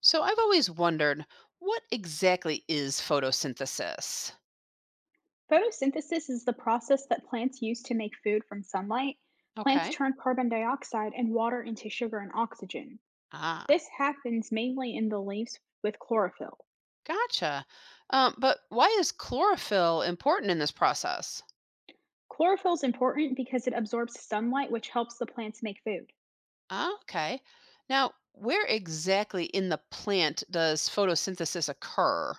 So I've always wondered what exactly is photosynthesis? Photosynthesis is the process that plants use to make food from sunlight. Plants Okay. turn carbon dioxide and water into sugar and oxygen. Ah, This happens mainly in the leaves with chlorophyll. gotcha. But why is chlorophyll important in this process? Chlorophyll is important because it absorbs sunlight, which helps the plants make food. Ah, okay. Now, where exactly in the plant does photosynthesis occur?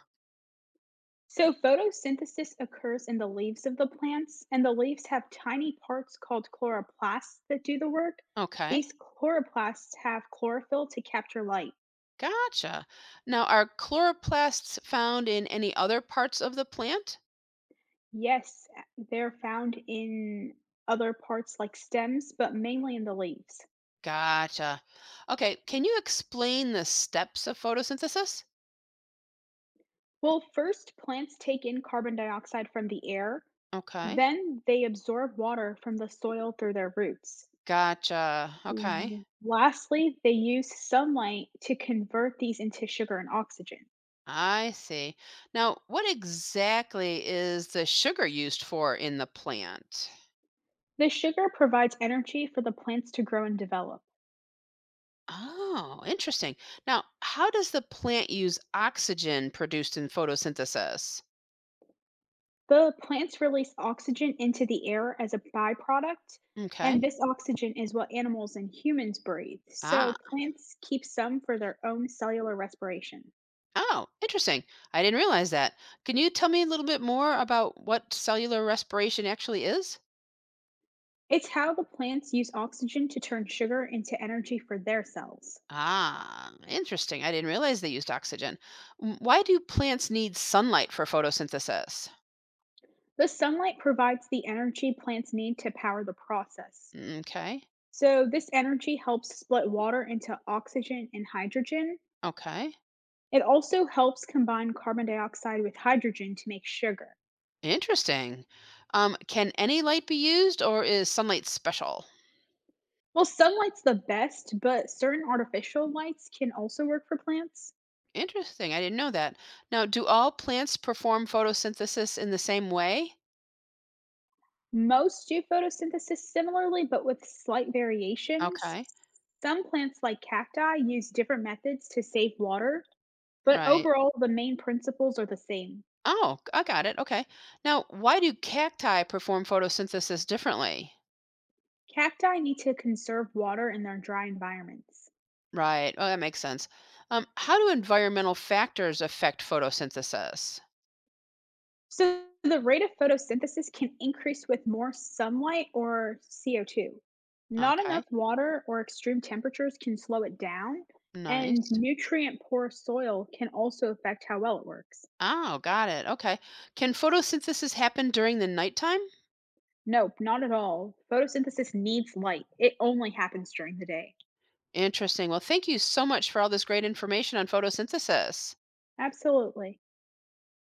So, photosynthesis occurs in the leaves of the plants, and the leaves have tiny parts called chloroplasts that do the work. Okay. These chloroplasts have chlorophyll to capture light. Gotcha. Now, are chloroplasts found in any other parts of the plant? Yes, they're found in other parts like stems, but mainly in the leaves. Gotcha. Okay. Can you explain the steps of photosynthesis? Well, first, plants take in carbon dioxide from the air, Okay. then they absorb water from the soil through their roots. Gotcha. Okay. Lastly, they use sunlight to convert these into sugar and oxygen. I see. Now, what exactly is the sugar used for in the plant? The sugar provides energy for the plants to grow and develop. Oh, interesting. Now, how does the plant use oxygen produced in photosynthesis? The plants release oxygen into the air as a byproduct, and Okay. this oxygen is what animals and humans breathe. So Ah, plants keep some for their own cellular respiration. oh, interesting. I didn't realize that. Can you tell me a little bit more about what cellular respiration actually is? It's how the plants use oxygen to turn sugar into energy for their cells. Ah, interesting. I didn't realize they used oxygen. Mm, why do plants need sunlight for photosynthesis? The sunlight provides the energy plants need to power the process. Okay. So, this energy helps split water into oxygen and hydrogen. Okay. It also helps combine carbon dioxide with hydrogen to make sugar. Interesting. Can any light be used, or is sunlight special? Well, sunlight's the best, but certain artificial lights can also work for plants. Interesting. I didn't know that. Now, do all plants perform photosynthesis in the same way? Most do photosynthesis similarly, but with slight variations. Okay. Some plants, like cacti, use different methods to save water, but Right. overall, the main principles are the same. Oh, I got it. Okay. Now, why do cacti perform photosynthesis differently? Cacti need to conserve water in their dry environments. Right. Oh, that makes sense. How do environmental factors affect photosynthesis? So the rate of photosynthesis can increase with more sunlight or CO2. Not Okay. enough water or extreme temperatures can slow it down, and Nice. nutrient poor soil can also affect how well it works. Oh, got it. Okay. Can photosynthesis happen during the nighttime? Nope, not at all. Photosynthesis needs light. It only happens during the day. Interesting. Well, thank you so much for all this great information on photosynthesis. Absolutely.